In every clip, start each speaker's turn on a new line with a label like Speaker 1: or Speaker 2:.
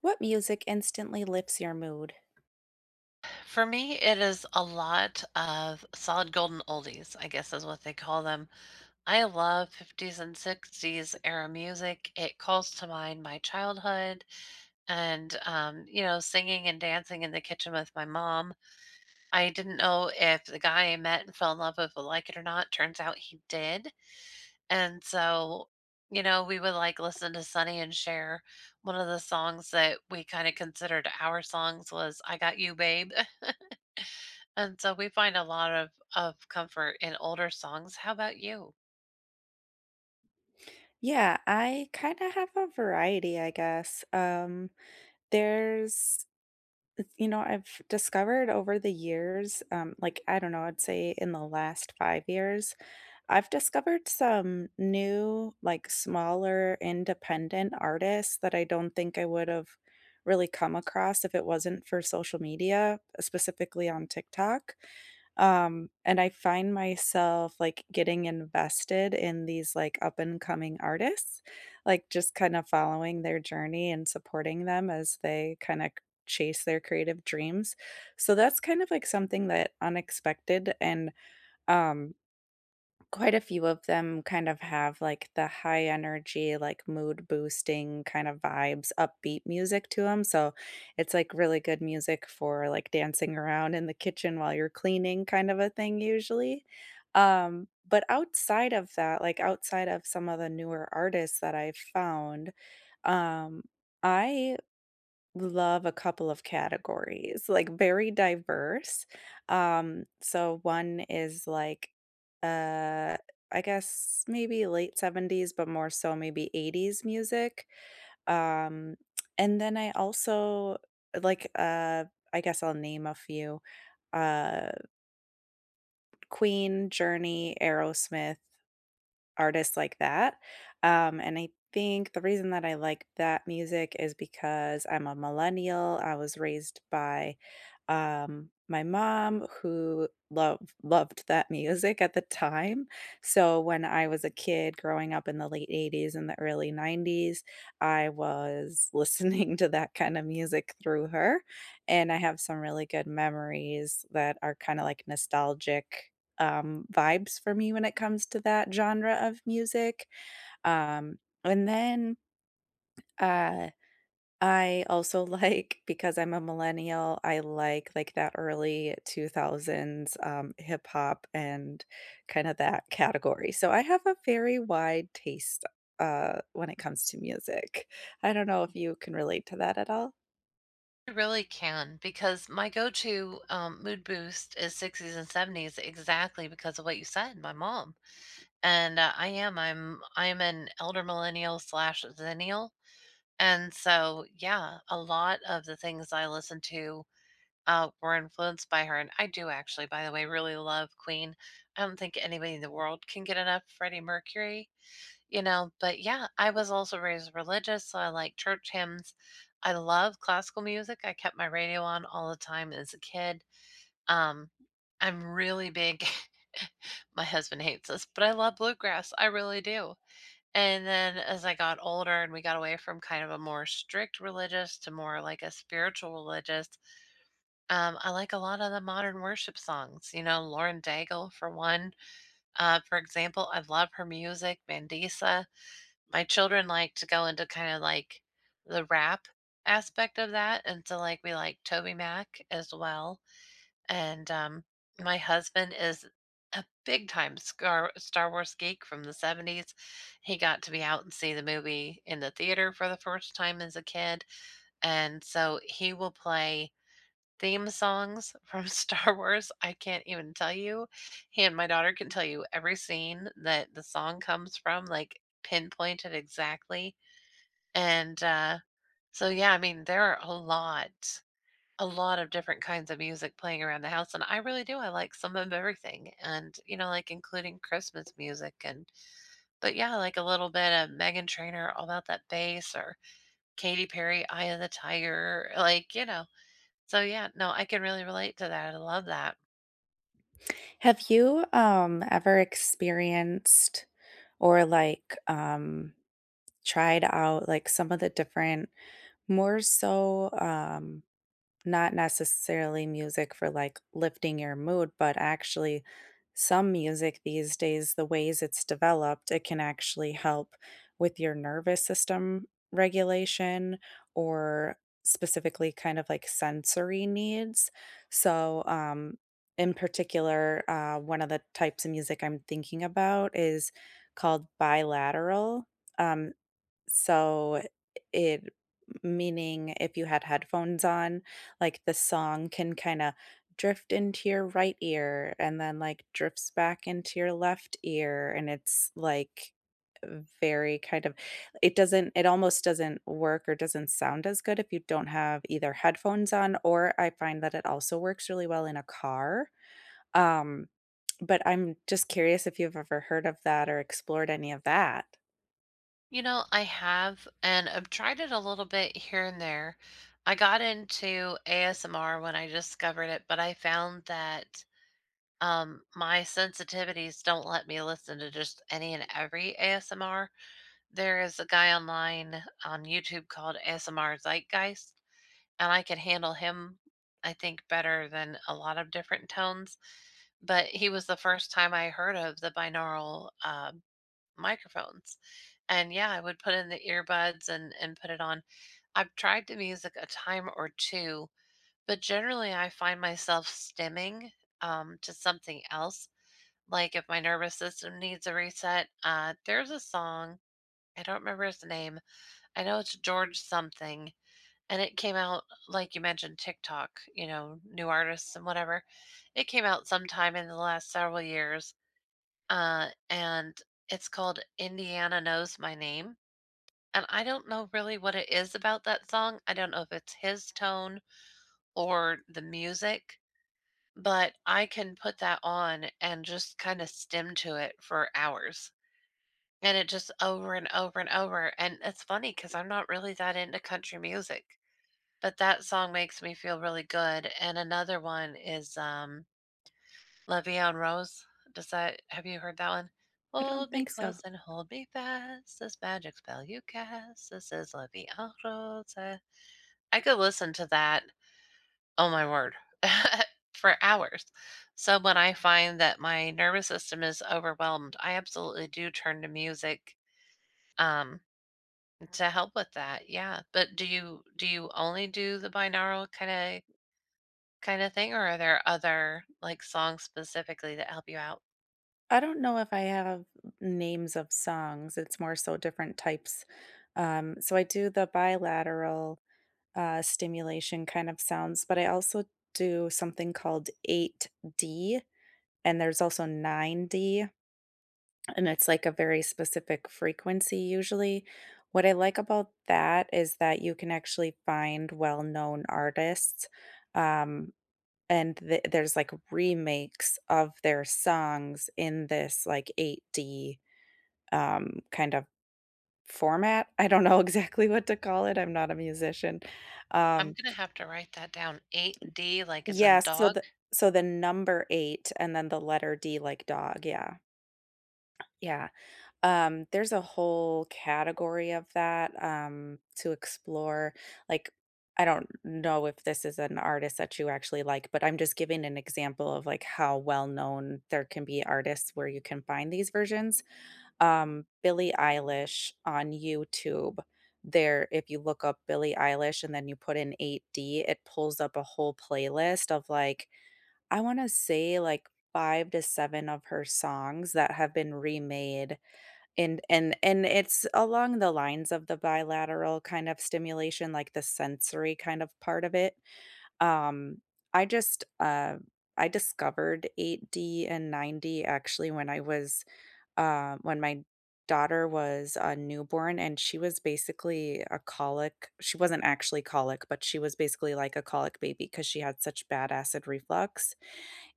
Speaker 1: What music instantly lifts your mood?
Speaker 2: For me, it is a lot of solid golden oldies, I guess is what they call them. I love 50s and 60s era music. It calls to mind my childhood and, singing and dancing in the kitchen with my mom. I didn't know if the guy I met and fell in love with would like it or not. Turns out he did. And so, you know, we would like listen to Sonny and Cher. One of the songs that we kind of considered our songs was I Got You, Babe, and so we find a lot of comfort in older songs. How about you?
Speaker 1: Yeah, I kind of have a variety, I guess. There's, I've discovered over the years. Like, I don't know, I'd say in the last 5 years, I've discovered some new, like, smaller independent artists that I don't think I would have really come across if it wasn't for social media, specifically on TikTok. And I find myself, like, getting invested in these, like, up and coming artists, like, just kinda following their journey and supporting them as they kinda chase their creative dreams. So that's kind of, like, something that unexpected. And, um quite a few of them kind of have, like, the high energy, like, mood boosting kind of vibes, upbeat music to them. So it's, like, really good music for, like, dancing around in the kitchen while you're cleaning kind of a thing usually. But outside of that, like, outside of some of the newer artists that I've found, um, I love a couple of categories, like very diverse. So one is like uh I guess, maybe late 70s, but more so maybe 80s music. Um, and then I also like, I guess I'll name a few. uh Queen, Journey, Aerosmith, artists like that. And I think the reason that I like that music is because I'm a millennial. I was raised by my mom, who loved that music at the time. So when I was a kid growing up in the late 80s and the early 90s, I was listening to that kind of music through her, and I have some really good memories that are kinda like nostalgic, vibes for me when it comes to that genre of music. Um, and then, uh I also like, because I'm a millennial, I like, that early 2000s, hip hop and kinda that category. So I have a very wide taste, when it comes to music. I don't know if you can relate to that at all?
Speaker 2: I really can, because my go-to mood boost is 60s and 70s, exactly because of what you said, my mom. And I am I'm an elder millennial slash zennial, and so yeah, a lot of the things I listen to were influenced by her. And I do actually, by the way, really love Queen. I don't think anybody in the world can get enough Freddie Mercury, you know. But yeah, I was also raised religious, so I like church hymns. I love classical music. I kept my radio on all the time as a kid. Um i'm really big My husband hates this, but I love bluegrass, I really do. And then as I got older and we got away from kind of a more strict religious to more like a spiritual religious, I like a lot of the modern worship songs, you know, Lauren Daigle for one. For example, I love her music. Mandisa. My children like to go into kind of like the rap aspect of that. And so like we like Toby Mac as well. And My husband is a big time Star Wars geek from the 70s. He got to be out and see the movie in the theater for the first time as a kid. And so he will play theme songs from Star Wars. I can't even tell you. He and my daughter can tell you every scene that the song comes from, like pinpointed exactly. And, so yeah, I mean, there are a lot of different kinds of music playing around the house, and I really do, I like some of everything, and, you know, like, including Christmas music. And but yeah, like, a little bit of Meghan Trainor, All About That Bass, or Katy Perry, Eye of the Tiger, like, you know? So yeah, no, I can really relate to that, I love that.
Speaker 1: Have you, ever experienced or, like, tried out, like, some of the different, more so, not necessarily music for, like, lifting your mood, but actually some music these days, the ways it's developed, it can actually help with your nervous system regulation or specifically kind of like sensory needs. So, in particular, one of the types of music I'm thinking about is called bilateral, Um so it meaning if you had headphones on, like, the song can kinda drift into your right ear and then, like, drifts back into your left ear, and it's, like, very kind of it doesn't, it almost doesn't work or doesn't sound as good if you don't have either headphones on, or I find that it also works really well in a car. Um, but I'm just curious if you've ever heard of that or explored any of that.
Speaker 2: You know, I have, and I've tried it a little bit here and there. I got into ASMR when I discovered it, but I found that my sensitivities don't let me listen to just any and every ASMR. There is a guy online on YouTube called ASMR Zeitgeist, and I could handle him, I think, better than a lot of different tones. But he was the first time I heard of the binaural microphones. And yeah, I would put in the earbuds and, put it on. I've tried the music a time or two, but generally I find myself stemming to something else, like, if my nervous system needs a reset, there's a song, I don't remember his name. I know it's George something, and it came out, like you mentioned, TikTok, you know, new artists and whatever. It came out sometime in the last several years, and it's called Indiana Knows My Name. And I don't know really what it is about that song. I don't know if it's his tone or the music, but I can put that on and just kind of stim to it for hours. And it just over and over and over, and it's funny because 'cause I'm not really that into country music, but that song makes me feel really good. And another one is, Levian Rose. Does that, have you heard that one?
Speaker 1: I don't
Speaker 2: "Hold me
Speaker 1: think so.
Speaker 2: close and hold me fast, this magic spell you cast, this is Levian Rose." I could listen to that, oh my word, for hours. So when I find that my nervous system is overwhelmed, I absolutely do turn to music, um to help with that. Yeah, but do you only do the binaural kinda thing, or are there other, like, songs specifically that help you out?
Speaker 1: I don't know if I have names of songs. It's more so different types. So I do the bilateral, stimulation kind of sounds, but I also do something called 8D, and there's also 9D, and it's like a very specific frequency usually. What I like about that is that you can actually find well-known artists, um, and th there's like remakes of their songs in this like 8D, kind of format. I don't know exactly what to call it. I'm not a musician.
Speaker 2: I'm
Speaker 1: Um,
Speaker 2: gonna have to write that down, 8D, like, it's a
Speaker 1: yeah, so
Speaker 2: dog?
Speaker 1: the number 8 and then the letter D like dog, yeah. Yeah. There's a whole category of that, to explore. Like, I don't know if this is an artist that you actually like, but I'm just giving an example of like how well known there can be artists where you can find these versions. Billie Eilish on YouTube. There, if you look up Billie Eilish and then you put in 8D, it pulls up a whole playlist of like, I want to say like five to seven of her songs that have been remade. And it's along the lines of the bilateral kind of stimulation, like the sensory kind of part of it. Um, I just uh I discovered 8D and 9D actually when I was when my daughter was a newborn and she was basically a colic. She wasn't actually colic, but she was basically like a colic baby because she had such bad acid reflux.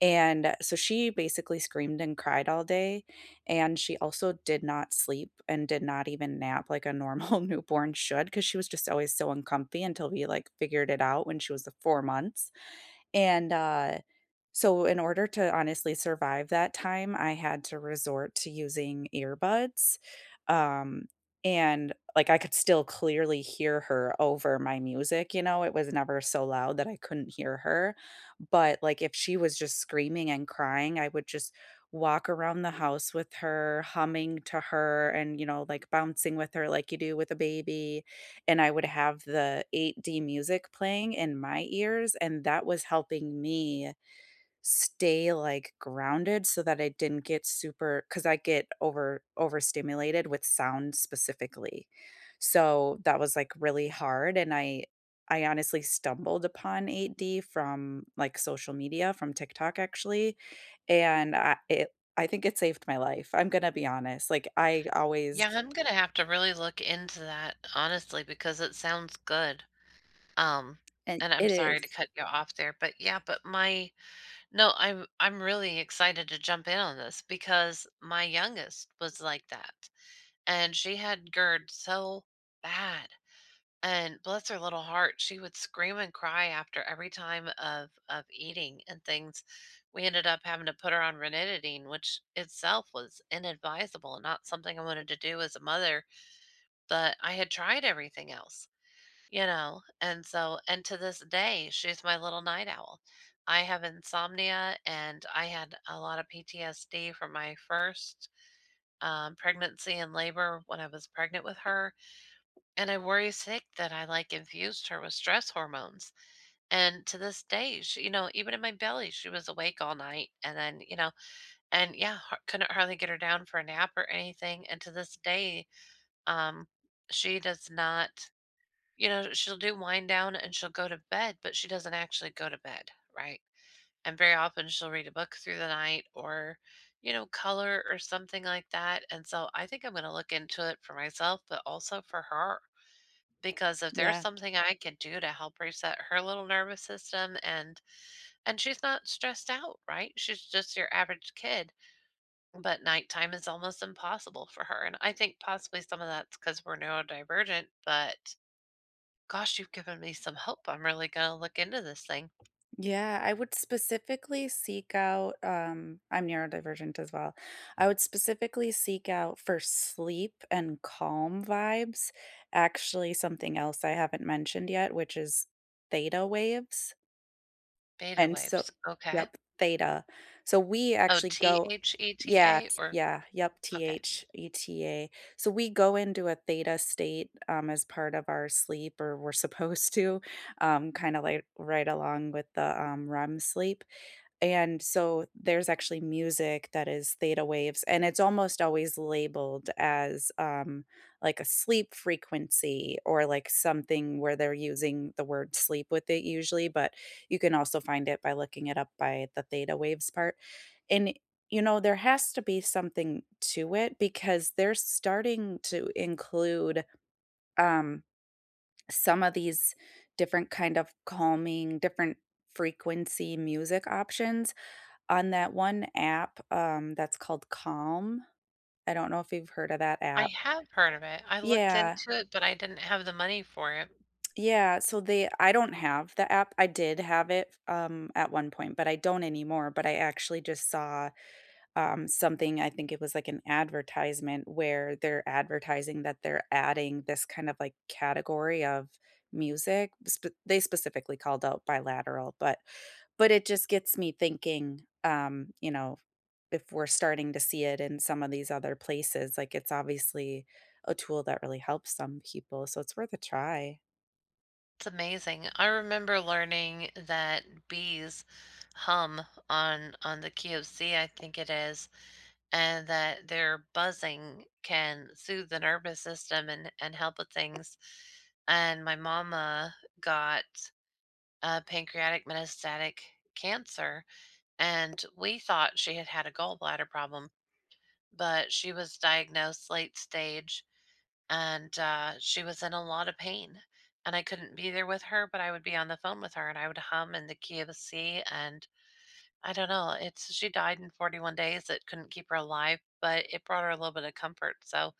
Speaker 1: And so she basically screamed and cried all day. And she also did not sleep and did not even nap like a normal newborn should because she was just always so uncomfy until we like figured it out when she was the 4 months. And so, in order to honestly survive that time, I had to resort to using earbuds, um, and, like, I could still clearly hear her over my music, you know, it was never so loud that I couldn't hear her, but, like, if she was just screaming and crying, I would just walk around the house with her, humming to her and, you know, like, bouncing with her like you do with a baby, and I would have the 8D music playing in my ears, and that was helping me stay, like, grounded so that I didn't get super, because I get over overstimulated with sound specifically. So, that was, like, really hard, and I honestly stumbled upon 8D from, like, social media, from TikTok, actually, and I think it saved my life, I'm gonna be honest, like, I always
Speaker 2: Yeah, I'm gonna have to really look into that, honestly, because it sounds good, um,
Speaker 1: and
Speaker 2: and I'm
Speaker 1: it
Speaker 2: sorry to
Speaker 1: is.
Speaker 2: cut you off there, but yeah, but my no, I'm really excited to jump in on this because my youngest was like that, and she had GERD so bad. And bless her little heart, she would scream and cry after every time of eating and things. We ended up having to put her on ranitidine, which itself was inadvisable and not something I wanted to do as a mother, but I had tried everything else, you know. And so and to this day, she's my little night owl. I have insomnia and I had a lot of PTSD from my first pregnancy and labor when I was pregnant with her, and I worry sick that I like infused her with stress hormones. And to this day, she, you know, even in my belly, she was awake all night. And then, you know, and yeah, couldn't hardly get her down for a nap or anything. And to this day, um, she does not, you know, she'll do wind down and she'll go to bed, but she doesn't actually go to bed, right? And very often she'll read a book through the night or, you know, color or something like that. And so I think I'm going to look into it for myself, but also for her. Because if there's
Speaker 1: Yeah.
Speaker 2: something I could do to help reset her little nervous system, and she's not stressed out, right? She's just your average kid, but nighttime is almost impossible for her. And I think possibly some of that's because we're neurodivergent, but gosh, you've given me some hope. I'm really gonna look into this thing.
Speaker 1: Yeah, I would specifically seek out, I'm neurodivergent as well. I would specifically seek out for sleep and calm vibes, actually, something else I haven't mentioned yet, which is theta waves.
Speaker 2: Beta
Speaker 1: And so
Speaker 2: waves. Okay.
Speaker 1: yep, theta. So we
Speaker 2: Oh,
Speaker 1: actually
Speaker 2: T
Speaker 1: go
Speaker 2: H E T
Speaker 1: yeah,
Speaker 2: A
Speaker 1: t
Speaker 2: or
Speaker 1: yeah, yep,
Speaker 2: okay.
Speaker 1: theta. So we go into a theta state, as part of our sleep, or we're supposed to, kinda like right along with the, REM sleep. And so there's actually music that is theta waves, and it's almost always labeled as like a sleep frequency or like something where they're using the word sleep with it usually, but you can also find it by looking it up by the theta waves part. And you know, there has to be something to it because they're starting to include um, some of these different kind of calming, different frequency music options on that one app, that's called Calm. I don't know if you've heard of that
Speaker 2: I
Speaker 1: app.
Speaker 2: have heard of it. I looked
Speaker 1: Yeah,
Speaker 2: into it, but I didn't have the money for it.
Speaker 1: yeah, so they I don't have the app. I did have it, at one point, but I don't anymore, but I actually just saw, something, I think it was like an advertisement where they're advertising that they're adding this kind of, like, category of music. Sp They specifically called out bilateral, but it just gets me thinking, if we're starting to see it in some of these other places, like, it's obviously a tool that really helps some people, so it's worth a try.
Speaker 2: It's amazing. I remember learning that bees hum on the key of C, I think it is, and that their buzzing can soothe the nervous system and help with things. And my mama got pancreatic metastatic cancer, and we thought she had had a gallbladder problem, but she was diagnosed late stage. And she was in a lot of pain. And I couldn't be there with her, but I would be on the phone with her and I would hum in the key of the sea. And I don't know, it's, she died in 41 days. It couldn't keep her alive, but it brought her a little bit of comfort. So,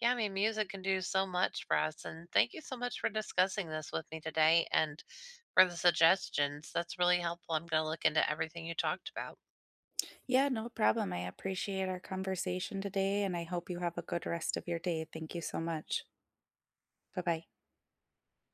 Speaker 2: yeah, I mean, music can do so much for us. And thank you so much for discussing this with me today and for the suggestions. That's really helpful. I'm going to look into everything you talked about.
Speaker 1: Yeah, no problem. I appreciate our conversation today, and I hope you have a good rest of your day. Thank you so much. Bye-bye.